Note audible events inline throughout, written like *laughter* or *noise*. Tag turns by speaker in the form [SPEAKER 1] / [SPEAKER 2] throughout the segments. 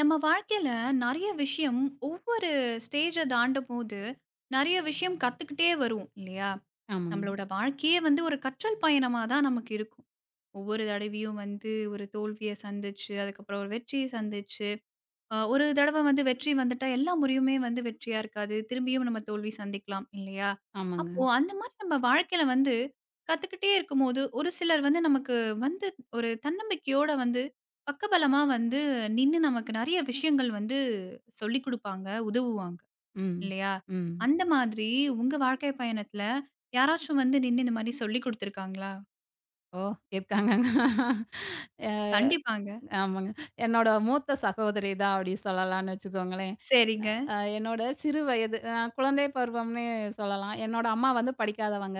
[SPEAKER 1] நம்ம வாழ்க்கையில நெறைய விஷயம் ஒவ்வொரு ஸ்டேஜ தாண்டும்போது, நெறைய விஷயம் கத்துக்கிட்டே வருவோம் இல்லையா?
[SPEAKER 2] ஆமாங்க.
[SPEAKER 1] நம்மளோட வாழ்க்கையே வந்து ஒரு கற்றல் பயணமா தான் நமக்கு இருக்கும். ஒவ்வொரு தடவையும் வந்து ஒரு தோல்விய சந்திச்சு, அதுக்கப்புறம் ஒரு வெற்றிய சந்திச்சு ஒரு தடவ வந்து வெற்றி வந்துட்டா, எல்லா முறையுமே வந்து வெற்றியா இருக்காது. திரும்பியும் நம்ம தோல்வி சந்திக்கலாம் இல்லையா?
[SPEAKER 2] ஆமாங்க.
[SPEAKER 1] அப்போ அந்த மாரி நம்ம வாழ்க்கையில வந்து கத்துக்கிட்டே இருக்கும்போது, ஒரு சிலர் வந்து நமக்கு வந்து ஒரு தன்னம்பிக்கையோட வந்து பக்கபலமா வந்து நின்னு நமக்கு நெறைய விஷயங்கள் வந்து சொல்லிக் குடுப்பாங்க, உதவுவாங்க
[SPEAKER 2] ம்.
[SPEAKER 1] இல்லையா?
[SPEAKER 2] ம்.
[SPEAKER 1] அந்த மாதிரி உங்க வாழ்க்கை பயணத்துல யாராச்சும் வந்து நின்னு இந்த மாரி சொல்லிக் குடுத்துருக்காங்களா?
[SPEAKER 2] ஓ! இருக்காங்கங்க. அ
[SPEAKER 1] கண்டிப்பாங்க.
[SPEAKER 2] ஆமாங்க. என்னோட மூத்த சகோதரி தான் அப்படி சொல்லலாம்ன்னு வச்சுக்கோங்களேன்.
[SPEAKER 1] சரிங்க,
[SPEAKER 2] என்னோட சிறு வயது குழந்தை பருவம்னே சொல்லலாம். என்னோட அம்மா வந்து படிக்காதவங்க.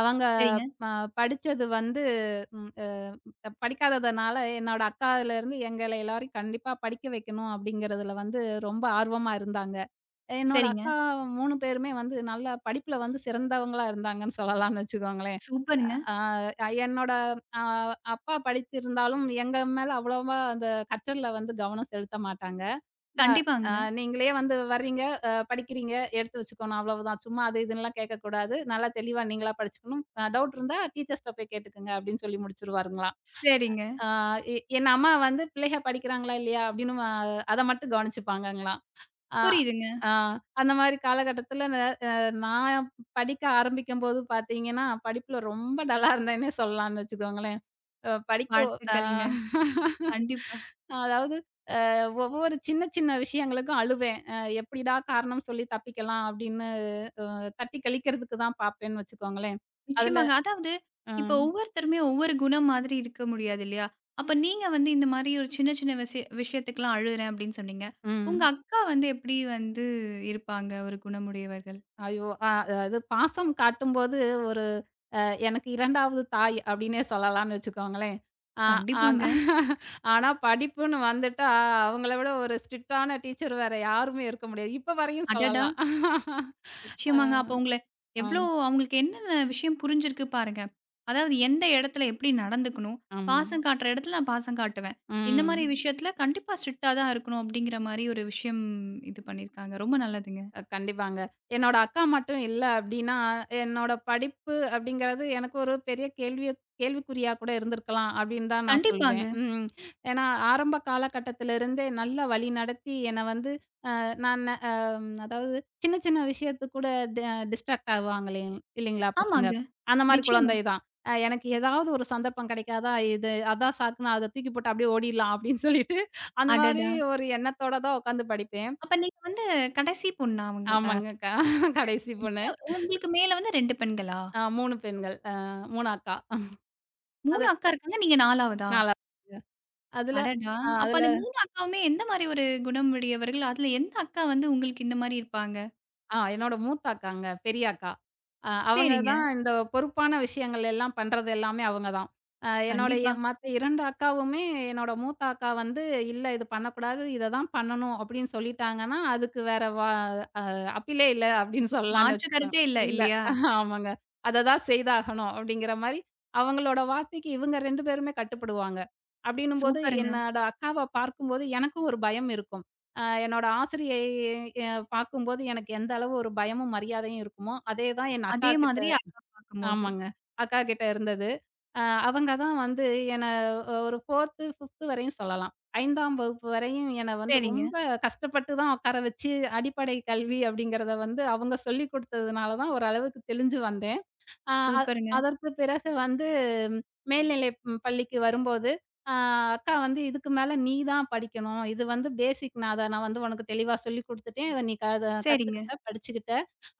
[SPEAKER 2] அவங்க
[SPEAKER 1] சரிங்க,
[SPEAKER 2] ப படிச்சது வந்து ம் அ படிக்காததுனால என்னோட அக்காலருந்து எங்கள எல்லாரையும் கண்டிப்பா படிக்க வைக்கணும் அப்படிங்கிறதுல வந்து ரொம்ப ஆர்வமா இருந்தாங்க. என்னோட
[SPEAKER 1] சரிங்க.
[SPEAKER 2] அக்கா 3 பேருமே வந்து நல்லா படிப்புல வந்து சிறந்தவங்களா இருந்தாங்கன்னு சொல்லலாம்ன்னு வச்சுக்கோங்களேன்.
[SPEAKER 1] சூப்பருங்க.
[SPEAKER 2] ஆ என்னோட அ அப்பா படித்திருந்தாலும், எங்க மேல அவ்வளவா அந்த கற்றல்ல வந்து கவனம் செலுத்த மாட்டாங்க. அ அ
[SPEAKER 1] கண்டிப்பாங்க.
[SPEAKER 2] நீங்களே வந்து வர்றீங்க, படிக்கிறீங்க, எடுத்து வச்சுக்கணும் அவ்வளவுதான். சும்மா அது இதுன்னுலாம் கேட்கக்கூடாது. நல்லா தெளிவா நீங்களா படிச்சுக்கணும். டவுட் இருந்தா டீச்சர்ஸ்ட்ட போய் கேட்டுக்கங்க அப்படின்னு சொல்லி முடிச்சுருவாருங்களாம்.
[SPEAKER 1] சரிங்க.
[SPEAKER 2] ஆ எ என் அம்மா வந்து பிள்ளைக படிக்கிறாங்களா, இல்லையா அப்படின்னு அத மட்டும் கவனிச்சுப்பாங்கங்களாம். ஆ,
[SPEAKER 1] புரியுதுங்க.
[SPEAKER 2] ஆ. அந்த மாரி காலகட்டத்தில ந அ நான் படிக்க ஆரம்பிக்கும்போது பார்த்தீங்கன்னா, படிப்புல ரொம்ப டல்லா இருந்தேன்னே சொல்லலாம்ன்னு வச்சுக்கோங்களேன். அ படிக்க அ
[SPEAKER 1] வாழ்த்துக்கள்ங்க.
[SPEAKER 2] *laughs*
[SPEAKER 1] கண்டிப்பா.
[SPEAKER 2] அதாவது, அ ஒவ்வொரு சின்ன சின்ன விஷயங்களுக்கும் அழுவேன். எப்படிடா காரணம் சொல்லி தப்பிக்கலாம் அப்படின்னு தட்டி கழிக்கிறதுக்கு தான் பார்ப்பேன்னு வச்சுக்கோங்களேன். அதுல
[SPEAKER 1] நிச்சயமாங்க. அதாவது இப்போ
[SPEAKER 2] ம்,
[SPEAKER 1] ஒவ்வொருத்தருமே ஒவ்வொரு குணம் மாதிரி இருக்க முடியாது இல்லையா? அப்ப நீங்க வந்து இந்த மாரி ஒரு சின்ன சின்ன விஷயத்துக்கெல்லாம் அழுறேன் அப்படின்னு சொன்னீங்க. உங்க
[SPEAKER 2] ம்.
[SPEAKER 1] அக்கா வந்து எப்படி வந்து இருப்பாங்க ஒரு குணமுடையவர்கள்?
[SPEAKER 2] ஐயோ! அது பாசம் காட்டும்போது ஒரு அ எனக்கு 2வது தாய் அப்படின்னே சொல்லலாம்னு வச்சுக்கோங்களேன். அ ஆனா
[SPEAKER 1] கண்டிப்பாங்க.
[SPEAKER 2] *laughs* ஆனா படிப்புன்னு வந்துட்டா, அவங்கள விட ஒரு ஸ்ட்ரிக்டான டீச்சர் வேற யாருமே இருக்க முடியாது. இப்ப வரையும்
[SPEAKER 1] அடடா!
[SPEAKER 2] சொல்லலாம். அ
[SPEAKER 1] நிச்சயமாங்க. அப்ப உங்கள
[SPEAKER 2] ஆம்,
[SPEAKER 1] எவ்ளோ அவங்களுக்கு என்னென்ன விஷயம் புரிஞ்சிருக்கு பாருங்க. அதாவது எந்த இடத்துல எப்படி நடந்துக்கணும்?
[SPEAKER 2] ஆமா.
[SPEAKER 1] பாசம் காட்டுற இடத்துல நான் பாசம் காட்டுவேன். இந்த மாரி
[SPEAKER 2] ம்.
[SPEAKER 1] விஷயத்துல கண்டிப்பா ஸ்ட்ரிக்ட்டா தான் இருக்கணும் அப்படிங்கிற மாரி ஒரு விஷயம் இது பண்ணியிருக்காங்க. ரொம்ப நல்லதுங்க.
[SPEAKER 2] கண்டிப்பாங்க. என்னோட அக்கா மட்டும் இல்ல அப்படின்னா, என்னோட படிப்பு அப்படிங்கிறது எனக்கு ஒரு பெரிய கேள்விக்குறியா கூட இருந்திருக்கலாம் அப்படின்னு தான் நான் சொல்லுவேன்.
[SPEAKER 1] கண்டிப்பாங்க.
[SPEAKER 2] ம். ஏன்னா ஆரம்ப காலகட்டத்திலிருந்தே நல்லா வழிநடத்தி என்னை வந்து நான் அ அதாவது சின்ன சின்ன விஷயத்துக்கு கூட டி டிஸ்ட்ராக்ட் ஆவாங்களே இல்லைங்களா பசங்க.
[SPEAKER 1] ஆமாங்க.
[SPEAKER 2] அந்த மாரி
[SPEAKER 1] நிச்சயமா.
[SPEAKER 2] குழந்தை தான். எனக்கு ஏதாவது ஒரு சந்தர்ப்பம் கிடைக்காதா, இது அதான் சாக்குன்னு அத தூக்கி போட்டு அப்படியே ஓடிடலாம் அப்படின்னு சொல்லிட்டு, அந்த மாரி
[SPEAKER 1] அடடா!
[SPEAKER 2] ஒரு எண்ணத்தோட தான் உட்காந்து படிப்பேன்.
[SPEAKER 1] அப்ப நீங்க வந்து கடைசி பொண்ணா அவங்க
[SPEAKER 2] ஆமாங்க அக்கா.
[SPEAKER 1] கடைசி
[SPEAKER 2] கடைசி பொண்ணு.
[SPEAKER 1] பொண்ணு. உங்களுக்கு மேல வந்து 2 பெண்களா?
[SPEAKER 2] 3 பெண்கள். 3 அக்கா. அது
[SPEAKER 1] 3 அக்கா இருக்காங்க. நீங்க 4வதா?
[SPEAKER 2] 4 அதுல
[SPEAKER 1] அடடா!
[SPEAKER 2] அ
[SPEAKER 1] அப்ப
[SPEAKER 2] அதுல
[SPEAKER 1] அந்த 3 அக்காவுமே எந்த மாரி ஒரு குணம் உடையவர்கள்? அதுல எந்த அக்கா வந்து உங்களுக்கு இந்த மாரி இருப்பாங்க?
[SPEAKER 2] ஆ என்னோட மூத்த அக்காங்க. பெரிய அக்கா. அவங்க
[SPEAKER 1] சரிங்க.
[SPEAKER 2] தான் இந்த பொறுப்பான விஷயங்கள் எல்லாம் பண்றது எல்லாமே அவங்க தான். என்னோடைய
[SPEAKER 1] கண்டிப்பா.
[SPEAKER 2] மத்த 2 அக்காவுமே என்னோட மூத்த அக்கா வந்து, "இல்ல இது பண்ணக்கூடாது. இத தான் பண்ணணும்" அப்படின்னு சொல்லிட்டாங்கன்னா, அதுக்கு வேற வா "அப்பீலே இல்ல" அப்படின்னு சொல்லலாம்ன்னு
[SPEAKER 1] மாற்று
[SPEAKER 2] வச்சுக்கோங்க.
[SPEAKER 1] கருத்தே இல்ல
[SPEAKER 2] இல்ல.
[SPEAKER 1] இல்லையா?
[SPEAKER 2] ஆமாங்க. அத தான் செய்தாகணும் அப்படிங்கிற மாரி, அவங்களோட வார்த்தைக்கு இவங்க 2 பேருமே கட்டுப்படுவாங்க. அப்படின்னும்போது
[SPEAKER 1] சூப்பருங்க.
[SPEAKER 2] என்னோட அக்காவ பார்க்கும்போது எனக்கும் ஒரு பயம் இருக்கும். என்னோட ஆசிரியையை பார்க்கும்போது எனக்கு எந்த அளவு ஒரு பயமும், மரியாதையும் இருக்குமோ, அதே தான் என் அக்கா
[SPEAKER 1] அதே
[SPEAKER 2] கிட்ட.
[SPEAKER 1] மாதிரி அக்கா பார்க்கும்போது.
[SPEAKER 2] ஆமாங்க. அக்கா கிட்ட இருந்தது. அ அவங்க தான் வந்து என்ன ஒரு 4த்து, 5த்து வரையும் சொல்லலாம். 5ஆம் வகுப்பு வரையும் என்ன வந்து
[SPEAKER 1] சரிங்க.
[SPEAKER 2] ரொம்ப கஷ்டப்பட்டு தான் உட்கார வச்சு, அடிப்படை கல்வி அப்படிங்கிறத வந்து அவங்க சொல்லிக் குடுத்ததுனால தான் ஓரளவுக்கு தெளிஞ்சு வந்தேன். அ அ
[SPEAKER 1] சூப்பருங்க.
[SPEAKER 2] அதற்கு பிறகு வந்து, ம், மேல்நிலை பள்ளிக்கு வரும்போது, அ அக்கா வந்து இதுக்கு மேல நீ தான் படிக்கணும். இது வந்து பேசிக் நான் அத நான் வந்து உனக்கு தெளிவா சொல்லிக் குடுத்துட்டேன். இத நீ
[SPEAKER 1] சரிங்க.
[SPEAKER 2] கத்துக்கிட்ட, படிச்சுக்கிட்ட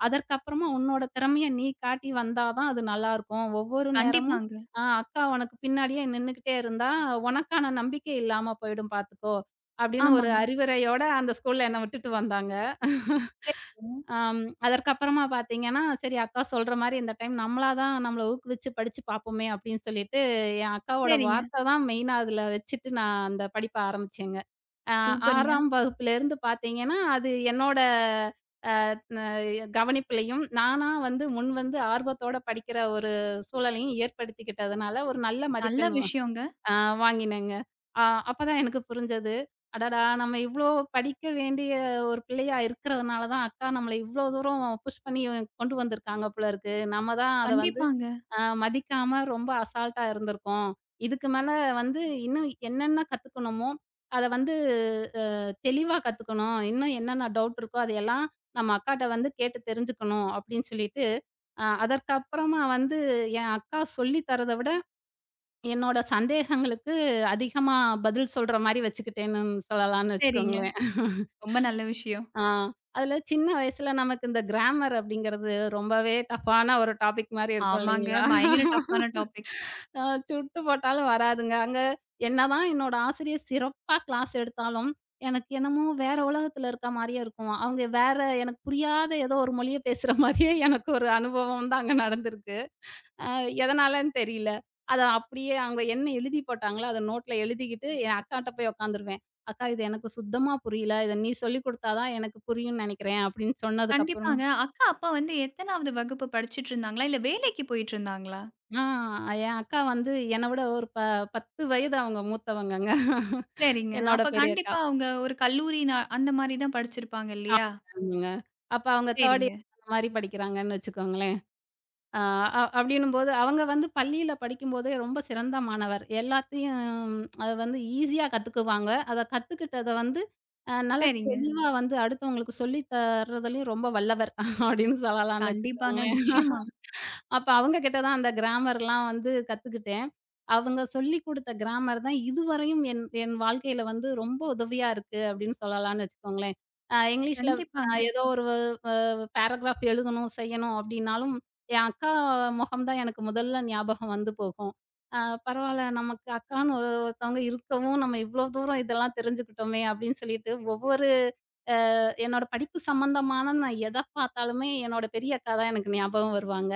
[SPEAKER 2] அதற்கப்புறமா உன்னோட திறமைய நீ காட்டி வந்தா தான் அது நல்லாருக்கும். ஒவ்வொரு நேரமும்
[SPEAKER 1] கண்டிப்பாங்க.
[SPEAKER 2] அக்கா உனக்கு பின்னாடியே நின்னுகிட்டே இருந்தா, உனக்கான நம்பிக்கை இல்லாம போயிடும் பார்த்துக்கோ! அப்படின்னு ஒரு
[SPEAKER 1] ஆமாங்க.
[SPEAKER 2] அறிவுரையோட அந்த ஸ்கூல்ல என்ன விட்டுட்டு வந்தாங்க.
[SPEAKER 1] சரிங்க.
[SPEAKER 2] ஆம். அதற்கப்புறமா பார்த்தீங்கன்னா, சரி அக்கா சொல்ற மாரி இந்த டைம் நம்மளா தான் நம்மள ஊக்குவிச்சு படிச்சு பார்ப்போமே அப்படின்னு சொல்லிட்டு, என் அக்காவோட
[SPEAKER 1] சரிங்க.
[SPEAKER 2] வார்த்த தான் மெயினா அதுல வச்சுட்டு நான் அந்த படிப்ப ஆரம்பிச்சேங்க. அ
[SPEAKER 1] சூப்பருங்க.
[SPEAKER 2] 6ஆம் வகுப்புலேருந்து பார்த்தீங்கன்னா, அது என்னோட அ கவனிப்பிலயும், நானா வந்து முன் வந்து ஆர்வத்தோட படிக்கிற ஒரு சூழலையும் ஏற்படுத்திக்கிட்டதுனால, ஒரு நல்ல
[SPEAKER 1] நல்ல
[SPEAKER 2] மதிப்பெண்
[SPEAKER 1] விஷயங்க.
[SPEAKER 2] ஆ வாங்கினேங்க. அ அப்பதான் எனக்கு புரிஞ்சது. அடடா! நம்ம இவ்ளோ படிக்க வேண்டிய ஒரு பிள்ளையா இருக்கிறதுனால தான் அக்கா நம்மள இவ்ளோ தூரம் புஷ் பண்ணி கொண்டு வந்திருக்காங்க போல இருக்கு. நம்ம தான் அத வந்து
[SPEAKER 1] கண்டிப்பாங்க.
[SPEAKER 2] மதிக்காம ரொம்ப அசால்ட்டா இருந்திருக்கோம். இதுக்கு மேல வந்து இன்னும் என்னென்ன கத்துக்கணுமோ, அத வந்து அ தெளிவா கத்துக்கணும். இன்னும் என்னென்ன டவுட் இருக்கோ அதையெல்லாம் நம்ம அக்காட்ட வந்து கேட்டு தெரிஞ்சுக்கணும் அப்படின்னு சொல்லிட்டு, அதற்கப்புறமா வந்து என் அக்கா சொல்லி தரத விட என்னோட சந்தேகங்களுக்கு அதிகமா பதில் சொல்ற மாரி வச்சுக்கிட்டேன்னு சொல்லலான்னு
[SPEAKER 1] சரிங்க.
[SPEAKER 2] வச்சுக்கோங்களேன்.
[SPEAKER 1] ரொம்ப நல்ல விஷயம்.
[SPEAKER 2] ஆ அதில சின்ன வயசுல நமக்கு இந்த கிராமர் அப்படிங்கிறது ரொம்பவே டஃப்பான ஒரு டாபிக் மாரி இருக்கும்
[SPEAKER 1] ஆமாங்க.
[SPEAKER 2] இல்லைங்களா?
[SPEAKER 1] பயங்கர டஃப்பான டாபிக்.
[SPEAKER 2] அ சுட்டு போட்டாலும் வராதுங்க. அங்க என்னதான் என்னோட ஆசிரியர் சிறப்பா கிளாஸ் எடுத்தாலும், எனக்கு என்னமோ வேற உலகத்தில இருக்க மாரியே இருக்கும். அவங்க வேற எனக்கு புரியாத ஏதோ ஒரு மொழிய பேசுற மாரியே எனக்கு ஒரு அனுபவம் தான் அங்க நடந்திருக்கு. அ எதனாலன்னு தெரியல. அத அப்படியே அவங்க என்ன எழுதி போட்டாங்களோ, அத நோட்ல எழுதிக்கிட்டு என் அக்காட்ட போய் உட்காந்துருவேன். "அக்கா இது எனக்கு சுத்தமா புரியல. இத நீ சொல்லிக் குடுத்தா தான் எனக்கு புரியும்னு நெனைக்கிறேன்." அப்படின்னு சொன்னதுக்கப்புறமா
[SPEAKER 1] கண்டிப்பாங்க. அக்கா அப்பா வந்து எத்தனாவது வகுப்பு படிச்சுட்ருந்தாங்களா? இல்ல வேலைக்கு போயிட்டுருந்தாங்களா?
[SPEAKER 2] ஆ என் அக்கா வந்து என்ன விட ஒரு ப 10 வயது அவங்க மூத்தவங்கங்க.
[SPEAKER 1] சரிங்க.
[SPEAKER 2] என்னோட
[SPEAKER 1] அப்ப
[SPEAKER 2] பெரிய அக்கா.
[SPEAKER 1] கண்டிப்பா அவங்க ஒரு கல்லூரி அந்த மாரி தான் படிச்சிருப்பாங்க இல்லையா?
[SPEAKER 2] ஆமாங்க. அப்ப அவங்க 3
[SPEAKER 1] சரிங்க,
[SPEAKER 2] இயர் அந்த மாரி படிக்கிறாங்கன்னு வச்சுக்கோங்களேன். ஆ அ அப்படின்னும்போது, அவங்க வந்து பள்ளியில படிக்கும்போதே ரொம்ப சிறந்த மாணவர். எல்லாத்தையும் அது வந்து ஈஸியா கத்துக்குவாங்க. அத கத்துக்கிட்டத வந்து நல்லா
[SPEAKER 1] சரிங்க.
[SPEAKER 2] தெளிவா வந்து அடுத்தவங்களுக்கு சொல்லி தர்றதுலயும் ரொம்ப வல்லவர் அப்படின்னு சொல்லலாம்னு
[SPEAKER 1] கண்டிப்பாங்க.
[SPEAKER 2] வச்சுக்கோங்களேன்.
[SPEAKER 1] நிச்சயமா.
[SPEAKER 2] அப்ப அவங்க கிட்ட தான் அந்த கிராமர்லாம் வந்து கத்துக்கிட்டேன். அவங்க சொல்லிக் குடுத்த கிராமர் தான் இதுவரையும் என் என் வாழ்க்கையில வந்து ரொம்ப உதவியா இருக்கு அப்படின்னு சொல்லலாம்னு வச்சுக்கோங்களேன். இங்கிலீஷ்ல
[SPEAKER 1] கண்டிப்பாங்க,
[SPEAKER 2] ஏதோ ஒரு அ பேராகிராஃப் எழுதணும், செய்யணும் அப்படின்னாலும், என் அக்கா முகம் தான் எனக்கு முதல்ல ஞாபகம் வந்து போகும். அ பரவால்ல நமக்கு அக்கான்னு ஒரு ஒருத்தவங்க இருக்கவும், நம்ம இவ்ளோ தூரம் இதெல்லாம் தெரிஞ்சுக்கிட்டோமே அப்படின்னு சொல்லிட்டு ஒவ்வொரு என்னோட படிப்பு சம்மந்தமான நான் எத பார்த்தாலுமே என்னோட பெரிய அக்கா தான் எனக்கு ஞாபகம் வருவாங்க.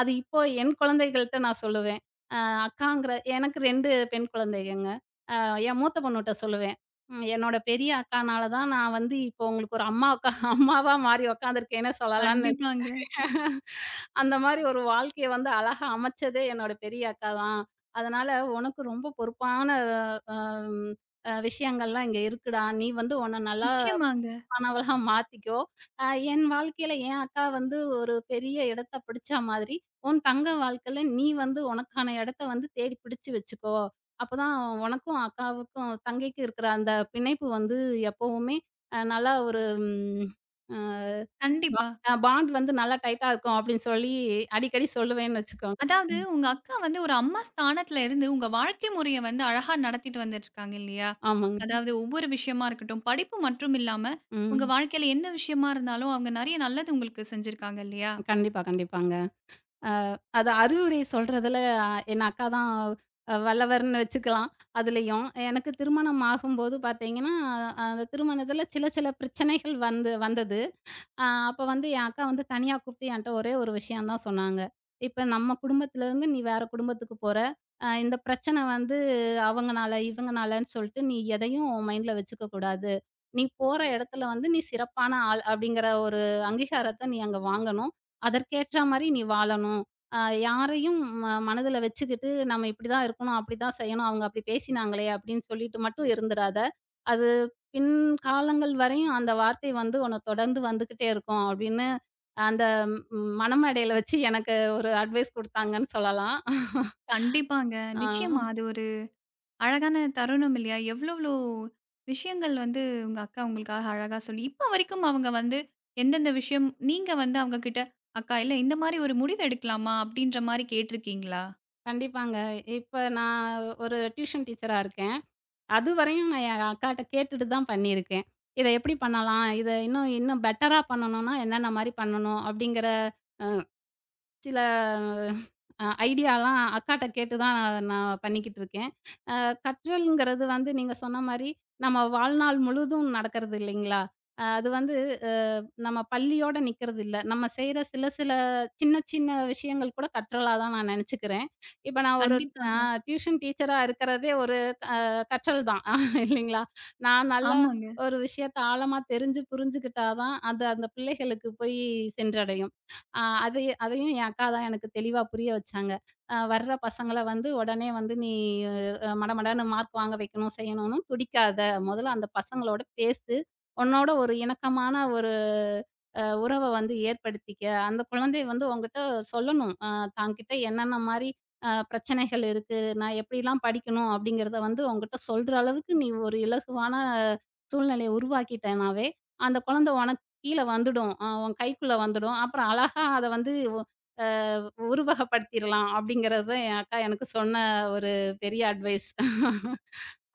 [SPEAKER 2] அது இப்போ என் குழந்தைகள்ட்ட நான் சொல்லுவேன். அ அக்காங்கிற எனக்கு 2 பெண் குழந்தைகங்க. அ என் மூத்த பொண்ணுட்ட சொல்லுவேன். என்னோட பெரிய அக்கானால தான் நான் வந்து இப்போ உங்களுக்கு ஒரு அம்மா உக்கா *laughs* அம்மாவா மாறி உட்காந்துருக்கேன்னே சொல்லலான்னு.
[SPEAKER 1] கண்டிப்பாங்க.
[SPEAKER 2] *laughs* அந்த மாரி ஒரு வாழ்க்கைய வந்து அழகா அமைச்சதே என்னோட பெரிய அக்கா தான். அதனால உனக்கு ரொம்ப பொறுப்பான அ அ விஷயங்கள்லாம் இங்க இருக்குடா. நீ வந்து உன்ன நல்லா
[SPEAKER 1] நிச்சயமாங்க.
[SPEAKER 2] கனவெல்லாம் மாத்திக்கோ! அ என் வாழ்க்கையில என் அக்கா வந்து ஒரு பெரிய இடத்த பிடிச்சா மாதிரி, உன் தங்க வாழ்க்கையில நீ வந்து உனக்கான இடத்த வந்து தேடி பிடிச்சு வச்சுக்கோ! அப்பதான் உனக்கும் அக்காவுக்கும் தங்கைக்கும் இருக்கிற அந்த பிணைப்பு வந்து எப்பவுமே அ நல்லா ஒரு ம் அ
[SPEAKER 1] கண்டிப்பா.
[SPEAKER 2] பா பாண்ட் வந்து நல்லா டைட்டா இருக்கும்" அப்படின்னு சொல்லி அடிக்கடி சொல்லுவேன்னு வச்சுக்கோங்க.
[SPEAKER 1] அதாவது உங்க அக்கா வந்து ஒரு அம்மா ஸ்தானத்துல இருந்து உங்க வாழ்க்கை முறைய வந்து அழகா நடத்திட்டு வந்துட்டுருக்காங்க இல்லையா?
[SPEAKER 2] ஆமாங்க.
[SPEAKER 1] அதாவது ஒவ்வொரு விஷயமா இருக்கட்டும், படிப்பு மற்றும் இல்லாம உங்க
[SPEAKER 2] ம்.
[SPEAKER 1] வாழ்க்கையில எந்த விஷயமா இருந்தாலும் அவங்க நெறைய நல்லது உங்களுக்கு செஞ்சிருக்காங்க இல்லையா?
[SPEAKER 2] கண்டிப்பா, கண்டிப்பாங்க. அது அறிவுரை சொல்றதுல என் அக்கா தான் வல்லவர்ன்னு வச்சுக்கலாம். அதுலயும். எனக்கு திருமணம் ஆகும்போது பார்த்தீங்கன்னா, அந்த திருமணத்தில சில சில பிரச்சனைகள் வந்து வந்தது. அப்ப வந்து என் அக்கா வந்து தனியா கூப்பிட்டு என்ட்ட ஒரே ஒரு விஷயம் தான் சொன்னாங்க. "இப்ப நம்ம குடும்பத்திலேருந்து நீ வேற குடும்பத்துக்கு போற. இந்த பிரச்சனை வந்து அவங்கனால, இவங்கனாலன்னு சொல்லிட்டு நீ எதையும் உன் மைண்ட்ல வச்சுக்க கூடாது. நீ போற இடத்துல வந்து நீ சிறப்பான ஆள் அப்படிங்கிற ஒரு அங்கீகாரத்த நீ அங்க வாங்கணும். அதற்கேற்ற மாரி நீ வாழணும். அ யாரையும் மனதில வச்சுக்கிட்டு நம்ம இப்படிதான் இருக்கணும், அப்படிதான் செய்யணும். அவங்க அப்படி பேசினாங்களே அப்படின்னு சொல்லிட்டு மட்டும் இருந்துறாத. அது பின் காலங்கள் வரையும் அந்த வார்த்தை வந்து உன்ன தொடர்ந்து வந்துகிட்டே இருக்கும் அப்படின்னு, அந்த மணமேடையில வச்சு எனக்கு ஒரு அட்வைஸ் குடுத்தாங்கன்னு சொல்லலாம்.
[SPEAKER 1] கண்டிப்பாங்க.
[SPEAKER 2] ஆ
[SPEAKER 1] நிச்சயமா அது ஒரு அழகான தருணம் இல்லையா? எவ்ளோ எவ்ளோ விஷயங்கள் வந்து உங்க அக்கா உங்களுக்காக அழகா சொல்லி இப்ப வரைக்கும் அவங்க வந்து எந்தெந்த விஷயம் நீங்க வந்து அவங்க கிட்ட, "அக்கா இல்ல இந்த மாரி ஒரு முடிவு எடுக்கலாமா?" அப்படீன்ற மாரி கேட்டிருக்கீங்களா?
[SPEAKER 2] கண்டிப்பாங்க. இப்ப நான் ஒரு டியூஷன் டீச்சரா இருக்கேன். அதுவரையும் நான் என் அக்காட்ட கேட்டுட்டு தான் பண்ணியிருக்கேன். இத எப்படி பண்ணலாம்? இத இன்னும் இன்னும் பெட்டரா பண்ணணும்னா என்னென்ன மாரி பண்ணணும்? அப்படிங்கிற சில ஐடியாலாம் அக்காட்ட கேட்டு தான் நான் நான் பண்ணிக்கிட்டு இருக்கேன். அ கற்றல்ங்கிறது வந்து நீங்க சொன்ன மாரி, நம்ம வாழ்நாள் முழுதும் நடக்கிறது இல்லைங்களா? அ அது வந்து அ நம்ம பள்ளியோட நிக்கிறது இல்ல. நம்ம செய்ற சில சில சின்ன சின்ன விஷயங்கள் கூட கற்றலா தான் நான் நெனச்சுக்கிறேன். இப்ப நான் ஒரு அ
[SPEAKER 1] கண்டிப்பாங்க.
[SPEAKER 2] டியூஷன் டீச்சரா இருக்கிறதே ஒரு அ கற்றல் தான் *laughs* இல்லைங்களா? நான் நல்லா
[SPEAKER 1] ஆமாங்க.
[SPEAKER 2] ஒரு விஷயத்த ஆழமா தெரிஞ்சு புரிஞ்சுக்கிட்டா தான், அது அந்த பிள்ளைகளுக்கு போய் சென்றடையும். ஆ அது அதையும் என் அக்கா தான் எனக்கு தெளிவா புரிய வச்சாங்க. வர்ற பசங்கள வந்து உடனே வந்து நீ மடமடன்னு மார்க் வாங்க வைக்கணும், செய்யணும்னு துடிக்காத. முதல்ல அந்த பசங்களோட பேசு. உன்னோட ஒரு இணக்கமான ஒரு உறவ வந்து ஏற்படுத்திக்க. அந்த குழந்தை வந்து உன்கிட்ட சொல்லணும். தான்கிட்ட என்னென்ன மாரி பிரச்சனைகள் இருக்கு, நான் எப்படிலாம் படிக்கணும் அப்படிங்கிறத வந்து உன்கிட்ட சொல்ற அளவுக்கு நீ ஒரு இலகுவான சூழ்நிலைய உருவாக்கிட்டேனாவே, அந்த குழந்தை உனக்கு கீழ வந்துடும். உன் கைக்குள்ள வந்துடும். அப்புறம் அழகா அத வந்து ஒ அ உருவகப்படுத்திறலாம் அப்படிங்கிறது தான் என் அக்கா எனக்கு சொன்ன ஒரு பெரிய அட்வைஸ்.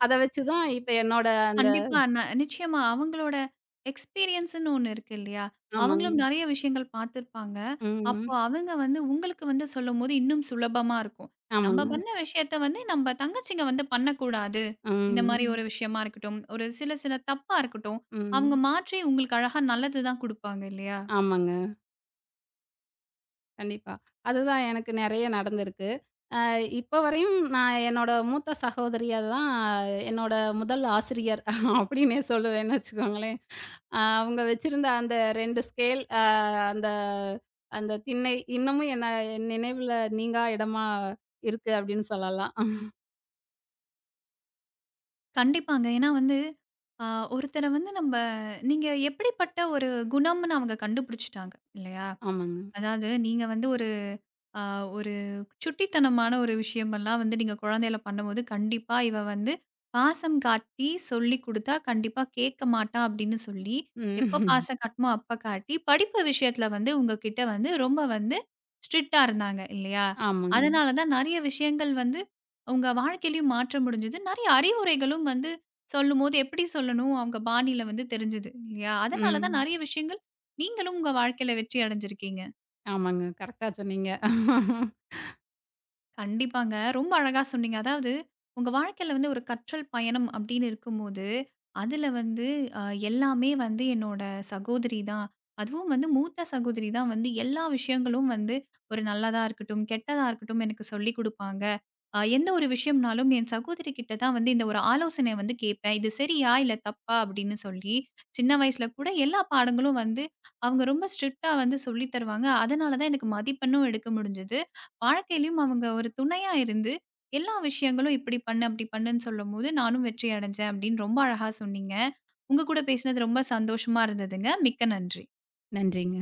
[SPEAKER 2] அத வச்சு தான் இப்ப என்னோட அந்த.
[SPEAKER 1] கண்டிப்பா. நிச்சயமா. அவங்களோட எக்ஸ்பீரியன்ஸ்ன்னு ஒண்ணு இருக்கு இல்லையா?
[SPEAKER 2] ஆமாங்க.
[SPEAKER 1] அவங்களும் நெறைய விஷயங்கள் பார்த்துருப்பாங்க.
[SPEAKER 2] ம்.
[SPEAKER 1] அப்போ அவங்க வந்து உங்களுக்கு வந்து சொல்லும்போது இன்னும் சுலபமா இருக்கும். நம்ம
[SPEAKER 2] ஆமாங்க.
[SPEAKER 1] பண்ண விஷயத்த வந்து நம்ம தங்கச்சிங்க வந்து பண்ணக்கூடாது. இந்த மாரி
[SPEAKER 2] ம்.
[SPEAKER 1] ஒரு விஷயமா இருக்கட்டும், ஒரு சில சில தப்பா இருக்கட்டும். அவங்க
[SPEAKER 2] ம்.
[SPEAKER 1] மாற்றி உங்களுக்கு அழகா நல்லது தான் குடுப்பாங்க இல்லையா?
[SPEAKER 2] ஆமாங்க. கண்டிப்பா. அதுதான் எனக்கு நெறைய நடந்திருக்கு. அ இப்ப வரையும் நான் என்னோட மூத்த சகோதரிய தான் என்னோட முதல் ஆசிரியர் *laughs* அப்டின்னே சொல்லுவேன்னு வச்சுக்கோங்களேன். அவங்க வச்சிருந்த அந்த 2 ஸ்கேல் அ அந்த அந்த திண்ணை இன்னமும் என்ன என் நினைவுல நீங்கா இடமா இருக்கு அப்டின்னு சொல்லலாம்.
[SPEAKER 1] கண்டிப்பாங்க. ஏன்னா வந்து அ ஒருத்தர வந்து நம்ப நீங்க எப்படிப்பட்ட ஒரு குணம்னு அவங்க கண்டுபிடிச்சுட்டாங்க இல்லையா?
[SPEAKER 2] ஆமாங்க.
[SPEAKER 1] அதாவது நீங்க வந்து ஒரு ஆ ஒரு சுட்டித்தனமான ஒரு விஷயமெல்லாம் வந்து நீங்க குழந்தையில பண்ணும்போது, கண்டிப்பா இவ வந்து பாசம் காட்டி சொல்லிக் குடுத்தா கண்டிப்பா கேட்க மாட்டா அப்படின்னு சொல்லி, எப்ப
[SPEAKER 2] ம்.
[SPEAKER 1] பாசம் காட்டணுமோ அப்ப காட்டி, படிப்பு விஷயத்துல வந்து உங்ககிட்ட வந்து ரொம்ப வந்து ஸ்ட்ரிக்ட்டா இருந்தாங்க இல்லையா?
[SPEAKER 2] ஆமாங்க.
[SPEAKER 1] அதனால தான் நெறைய விஷயங்கள் வந்து உங்க வாழ்க்கையிலயும் மாற்ற முடிஞ்சது. நெறைய அறிவுரைகளும் வந்து சொல்லும்போது எப்படி சொல்லணும், அவங்க பாணியில வந்து தெரிஞ்சது இல்லையா? அதனால தான்
[SPEAKER 2] ம்.
[SPEAKER 1] நெறைய விஷயங்கள் நீங்களும் உங்க வாழ்க்கையில வெற்றி அடைஞ்சிருக்கீங்க.
[SPEAKER 2] ஆமாங்க. கரெக்ட்டா சொன்னீங்க.
[SPEAKER 1] கண்டிப்பாங்க. ரொம்ப அழகா சொன்னீங்க. அதாவது உங்க வாழ்க்கையில வந்து ஒரு கற்றல் பயணம் அப்படின்னு இருக்கும்போது, அதுல வந்து அ எல்லாமே வந்து என்னோட சகோதரி தான். அதுவும் வந்து மூத்த சகோதரி தான் வந்து எல்லா விஷயங்களும் வந்து ஒரு நல்லதா இருக்கட்டும், கெட்டதா இருக்கட்டும் எனக்கு சொல்லிக் குடுப்பாங்க. அ எந்த ஒரு விஷயம்னாலும் என் சகோதரி கிட்ட தான் வந்து இந்த ஒரு ஆலோசனை வந்து கேட்பேன். இது சரியா? இல்ல தப்பா? அப்படின்னு சொல்லி. சின்ன வயசுல கூட எல்லா பாடங்களும் வந்து அவங்க ரொம்ப ஸ்ட்ரிக்ட்டா வந்து சொல்லி தருவாங்க. அதனால தான் எனக்கு மதிப்பெண்ணும் எடுக்க முடிஞ்சது. வாழ்க்கையிலயும் அவங்க ஒரு துணையா இருந்து, எல்லா விஷயங்களும் "இப்படி பண்ணு, அப்படி பண்ணுன்னு" சொல்லும்போது, நானும் வெற்றி அடைஞ்சேன் அப்படின்னு ரொம்ப அழகா சொன்னீங்க. உங்க கூட பேசினது ரொம்ப சந்தோஷமா இருந்ததுங்க. மிக்க நன்றி.
[SPEAKER 2] நன்றிங்க.